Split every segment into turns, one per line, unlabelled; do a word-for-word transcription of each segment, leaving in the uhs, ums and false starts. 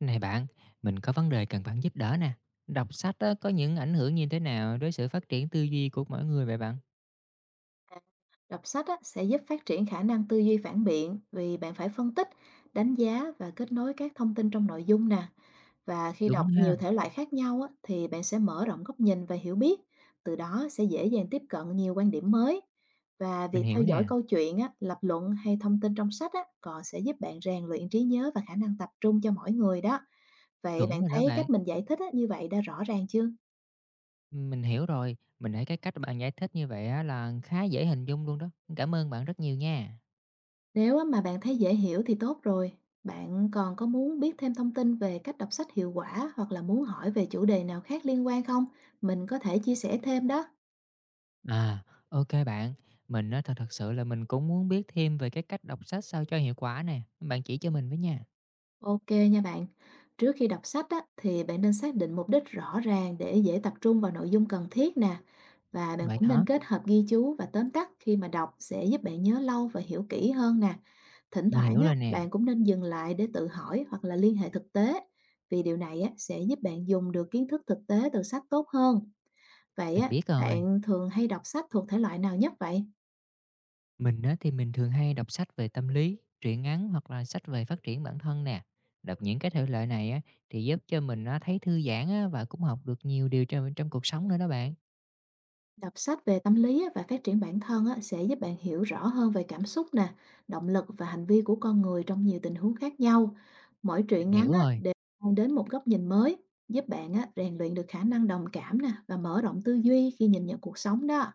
Này bạn, mình có vấn đề cần bạn giúp đỡ nè. Đọc sách á, có những ảnh hưởng như thế nào đối sự phát triển tư duy của mỗi người vậy bạn?
Đọc sách á, sẽ giúp phát triển khả năng tư duy phản biện vì bạn phải phân tích, đánh giá và kết nối các thông tin trong nội dung nè. Và khi
Đúng
đọc
ha,
nhiều thể loại khác nhau á, thì bạn sẽ mở rộng góc nhìn và hiểu biết, từ đó sẽ dễ dàng tiếp cận nhiều quan điểm mới. Và
mình
việc
hiểu
theo dõi
nè,
câu chuyện, á, lập luận hay thông tin trong sách á, còn sẽ giúp bạn rèn luyện trí nhớ và khả năng tập trung cho mỗi người đó. Vậy
chuẩn
bạn
rồi đó
thấy
bạn.
cách mình giải thích á, như vậy đã rõ ràng chưa?
Mình hiểu rồi, mình thấy cái cách bạn giải thích như vậy á, là khá dễ hình dung luôn đó. Cảm ơn bạn rất nhiều nha.
Nếu á mà bạn thấy dễ hiểu thì tốt rồi. Bạn còn có muốn biết thêm thông tin về cách đọc sách hiệu quả hoặc là muốn hỏi về chủ đề nào khác liên quan không? Mình có thể chia sẻ thêm đó.
À, ok bạn, mình á, thật thật sự là mình cũng muốn biết thêm về cái cách đọc sách sao cho hiệu quả nè. Bạn chỉ cho mình với nha.
Ok nha bạn. Trước khi đọc sách á, thì bạn nên xác định mục đích rõ ràng để dễ tập trung vào nội dung cần thiết nè. Và bạn
Vậy
cũng
hả?
nên kết hợp ghi chú và tóm tắt khi mà đọc sẽ giúp bạn nhớ lâu và hiểu kỹ hơn nè. Thỉnh
Mình
thoảng
hiểu
á,
rồi nè,
bạn cũng nên dừng lại để tự hỏi hoặc là liên hệ thực tế. Vì điều này á, sẽ giúp bạn dùng được kiến thức thực tế từ sách tốt hơn. Vậy
mình
á,
biết rồi.
bạn thường hay đọc sách thuộc thể loại nào nhất vậy?
Mình á, thì mình thường hay đọc sách về tâm lý, truyện ngắn hoặc là sách về phát triển bản thân nè. Đọc những cái thể loại này á, thì giúp cho mình á, thấy thư giãn á, và cũng học được nhiều điều trong, trong cuộc sống nữa đó bạn.
Đọc sách về tâm lý á, và phát triển bản thân á, sẽ giúp bạn hiểu rõ hơn về cảm xúc nè, động lực và hành vi của con người trong nhiều tình huống khác nhau. Mỗi
Mình
truyện
hiểu
ngắn á,
rồi.
đều mang đến một góc nhìn mới, giúp bạn á, rèn luyện được khả năng đồng cảm nè và mở rộng tư duy khi nhìn nhận cuộc sống đó.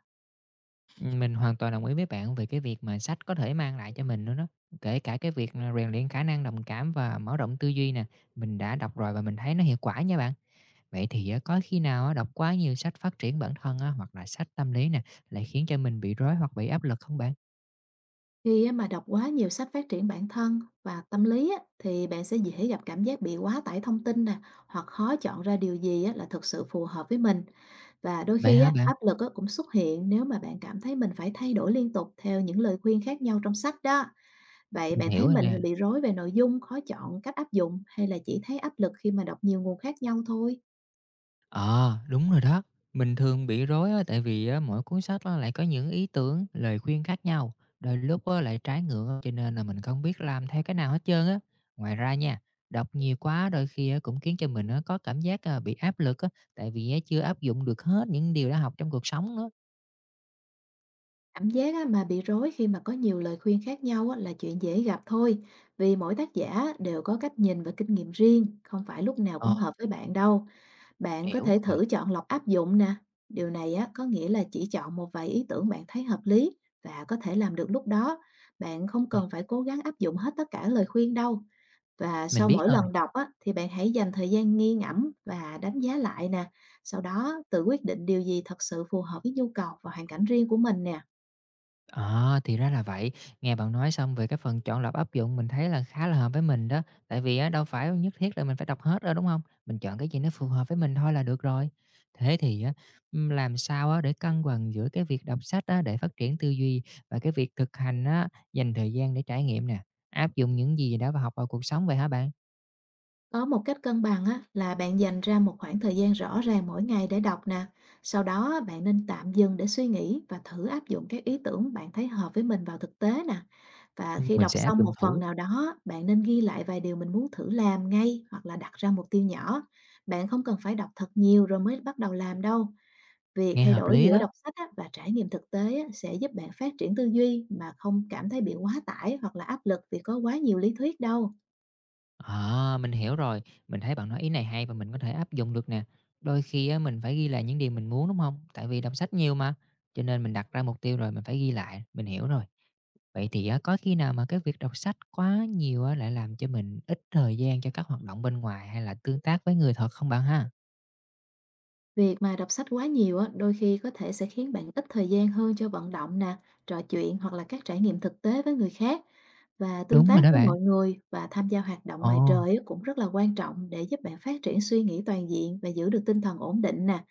Ừ, mình hoàn toàn đồng ý với bạn về cái việc mà sách có thể mang lại cho mình nữa đó. Kể cả cái việc là rèn luyện khả năng đồng cảm và mở rộng tư duy nè. Mình đã đọc rồi và mình thấy nó hiệu quả nha bạn. Vậy thì á, có khi nào á, đọc quá nhiều sách phát triển bản thân á, hoặc là sách tâm lý nè lại khiến cho mình bị rối hoặc bị áp lực không bạn?
Khi á, mà đọc quá nhiều sách phát triển bản thân và tâm lý á, thì bạn sẽ dễ gặp cảm giác bị quá tải thông tin nè, hoặc khó chọn ra điều gì á, là thực sự phù hợp với mình. Và đôi
Vậy
khi
hả
á,
bạn?
áp lực á, cũng xuất hiện nếu mà bạn cảm thấy mình phải thay đổi liên tục theo những lời khuyên khác nhau trong sách đó. Vậy
Mình
bạn
hiểu
thấy
rồi
mình
nè.
bị rối về nội dung, khó chọn cách áp dụng hay là chỉ thấy áp lực khi mà đọc nhiều nguồn khác nhau thôi?
Ờ, đúng rồi đó. Mình thường bị rối á, tại vì á, mỗi cuốn sách á, lại có những ý tưởng, lời khuyên khác nhau, đôi lúc á, lại trái ngược á, cho nên là mình không biết làm theo cái nào hết trơn á. Ngoài ra nha, đọc nhiều quá đôi khi á, cũng khiến cho mình á, có cảm giác à, bị áp lực á, tại vì á, chưa áp dụng được hết những điều đã học trong cuộc sống nữa.
Cảm giác á, mà bị rối khi mà có nhiều lời khuyên khác nhau á, là chuyện dễ gặp thôi, vì mỗi tác giả đều có cách nhìn và kinh nghiệm riêng, không phải lúc nào cũng
Ờ,
hợp với bạn đâu. Bạn có
hiểu
thể
rồi.
thử chọn lọc áp dụng nè. Điều này á, có nghĩa là chỉ chọn một vài ý tưởng bạn thấy hợp lý và có thể làm được lúc đó. Bạn không
Ừ,
cần phải cố gắng áp dụng hết tất cả lời khuyên đâu. Và
mình
sau
biết
mỗi
rồi.
lần đọc á, thì bạn hãy dành thời gian nghi ngẫm và đánh giá lại nè. Sau đó tự quyết định điều gì thật sự phù hợp với nhu cầu và hoàn cảnh riêng của mình nè.
À, thì ra là vậy. Nghe bạn nói xong về cái phần chọn lọc áp dụng mình thấy là khá là hợp với mình đó. Tại vì á, đâu phải nhất thiết là mình phải đọc hết đâu đúng không? Mình chọn cái gì nó phù hợp với mình thôi là được rồi. Thế thì á, ừm, làm sao á, để cân bằng giữa cái việc đọc sách á, để phát triển tư duy và cái việc thực hành á, dành thời gian để trải nghiệm nè. Áp dụng những gì đã học vào cuộc sống vậy hả bạn?
Có một cách cân bằng á, là bạn dành ra một khoảng thời gian rõ ràng mỗi ngày để đọc nè. Sau đó bạn nên tạm dừng để suy nghĩ và thử áp dụng các ý tưởng bạn thấy hợp với mình vào thực tế nè. Và
Ừ,
khi
mình
đọc
sẽ áp
xong
dụng
một phần
thử.
nào đó, bạn nên ghi lại vài điều mình muốn thử làm ngay hoặc là đặt ra mục tiêu nhỏ. Bạn không cần phải đọc thật nhiều rồi mới bắt đầu làm đâu. Việc
Nghe
thay
hợp
đổi
lý
giữa
đó.
đọc sách á, và trải nghiệm thực tế á, sẽ giúp bạn phát triển tư duy mà không cảm thấy bị quá tải hoặc là áp lực vì có quá nhiều lý thuyết đâu.
À, mình hiểu rồi. Mình thấy bạn nói ý này hay và mình có thể áp dụng được nè. Đôi khi á, mình phải ghi lại những điều mình muốn đúng không? Tại vì đọc sách nhiều mà. Cho nên mình đặt ra mục tiêu rồi mình phải ghi lại. Mình hiểu rồi. Vậy thì á, có khi nào mà cái việc đọc sách quá nhiều á, lại làm cho mình ít thời gian cho các hoạt động bên ngoài hay là tương tác với người thật không bạn ha?
Việc mà đọc sách quá nhiều á, đôi khi có thể sẽ khiến bạn ít thời gian hơn cho vận động nè, trò chuyện hoặc là các trải nghiệm thực tế với người khác. Và tương
Đúng rồi
tác
đó
với
bạn.
mọi người và tham gia hoạt động
Ồ,
ngoài trời á, cũng rất là quan trọng để giúp bạn phát triển suy nghĩ toàn diện và giữ được tinh thần ổn định nè.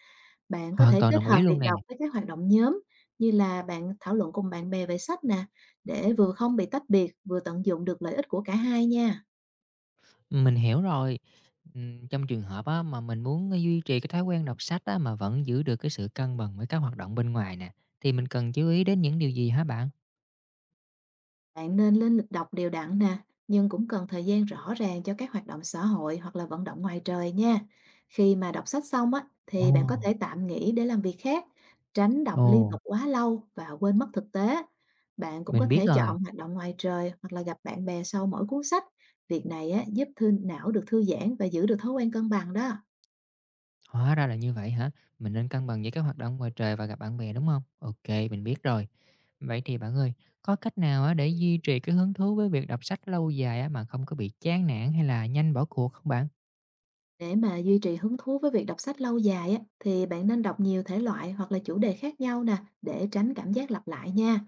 Bạn có
hoàn
thể
toàn
kết
đồng
hợp
ý luôn
việc
nè.
đọc với các hoạt động nhóm như là bạn thảo luận cùng bạn bè về sách nè, để vừa không bị tách biệt, vừa tận dụng được lợi ích của cả hai nha.
Mình hiểu rồi. Ừm, trong trường hợp á, mà mình muốn, ờ, duy trì cái thói quen đọc sách á, mà vẫn giữ được cái sự cân bằng với các hoạt động bên ngoài nè, thì mình cần chú ý đến những điều gì hả bạn?
Bạn nên lên lịch đọc đều đặn nè, nhưng cũng cần thời gian rõ ràng cho các hoạt động xã hội hoặc là vận động ngoài trời nha. Khi mà đọc sách xong á,
Ồ,
thì bạn có thể tạm nghỉ để làm việc khác, tránh đọc liên
ồ.
tục quá lâu và quên mất thực tế. Bạn cũng có
Mình biết
thể
rồi,
chọn hoạt động ngoài trời hoặc là gặp bạn bè sau mỗi cuốn sách. Việc này á, giúp thư não được thư giãn và giữ được thói quen cân bằng đó.
hóa ra là như vậy hả? Mình nên cân bằng với các hoạt động ngoài trời và gặp bạn bè, đúng không? OK, mình biết rồi. Vậy thì bạn ơi, có cách nào á, để duy trì cái hứng thú với việc đọc sách lâu dài á, mà không có bị chán nản hay là nhanh bỏ cuộc không bạn?
Để mà duy trì hứng thú với việc đọc sách lâu dài á, thì bạn nên đọc nhiều thể loại hoặc là chủ đề khác nhau nè để tránh cảm giác lặp lại nha.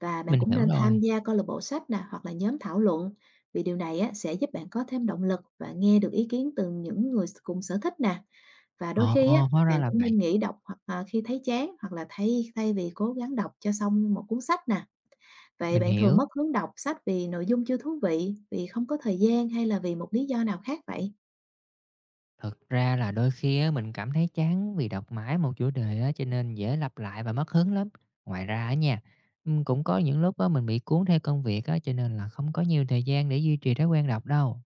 Và bạn
Mình
cũng
hiểu
nên
rồi.
tham gia câu lạc bộ sách nè hoặc là nhóm thảo luận vì điều này á, sẽ giúp bạn có thêm động lực và nghe được ý kiến từ những người cùng sở thích nè. Và đôi khi á,
Ồ, hóa ra
bạn
là
cũng
vậy,
nên nghỉ đọc hoặc à, khi thấy chán hoặc là thay thay vì cố gắng đọc cho xong một cuốn sách nè. Vậy
mình
bạn thường
hiểu.
mất hứng đọc sách vì nội dung chưa thú vị, vì không có thời gian hay là vì một lý do nào khác vậy?
Thực ra là đôi khi á, mình cảm thấy chán vì đọc mãi một chủ đề á, cho nên dễ lặp lại và mất hứng lắm. Ngoài ra á nha, ừm, cũng có những lúc á, mình bị cuốn theo công việc á, cho nên là không có nhiều thời gian để duy trì thói quen đọc đâu.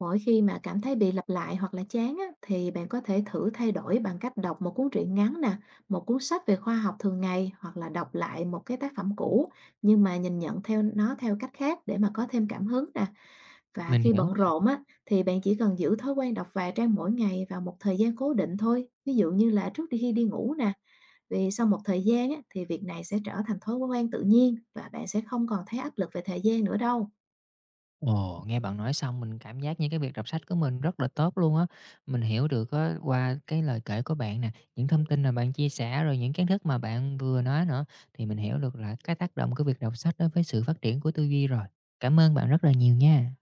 Mỗi khi mà cảm thấy bị lặp lại hoặc là chán á, thì bạn có thể thử thay đổi bằng cách đọc một cuốn truyện ngắn nè, một cuốn sách về khoa học thường ngày hoặc là đọc lại một cái tác phẩm cũ nhưng mà nhìn nhận theo nó theo cách khác để mà có thêm cảm hứng nè. Và
Mình
khi
hiểu
bận
rồi.
rộn á, thì bạn chỉ cần giữ thói quen đọc vài trang mỗi ngày vào một thời gian cố định thôi. Ví dụ như là trước khi đi ngủ nè, vì sau một thời gian á, thì việc này sẽ trở thành thói quen tự nhiên và bạn sẽ không còn thấy áp lực về thời gian nữa đâu.
Ồ, nghe bạn nói xong mình cảm giác như cái việc đọc sách của mình rất là tốt luôn á. Mình hiểu được á, qua cái lời kể của bạn nè, những thông tin mà bạn chia sẻ rồi những kiến thức mà bạn vừa nói nữa thì mình hiểu được là cái tác động của việc đọc sách đối với sự phát triển của tư duy rồi. Cảm ơn bạn rất là nhiều nha.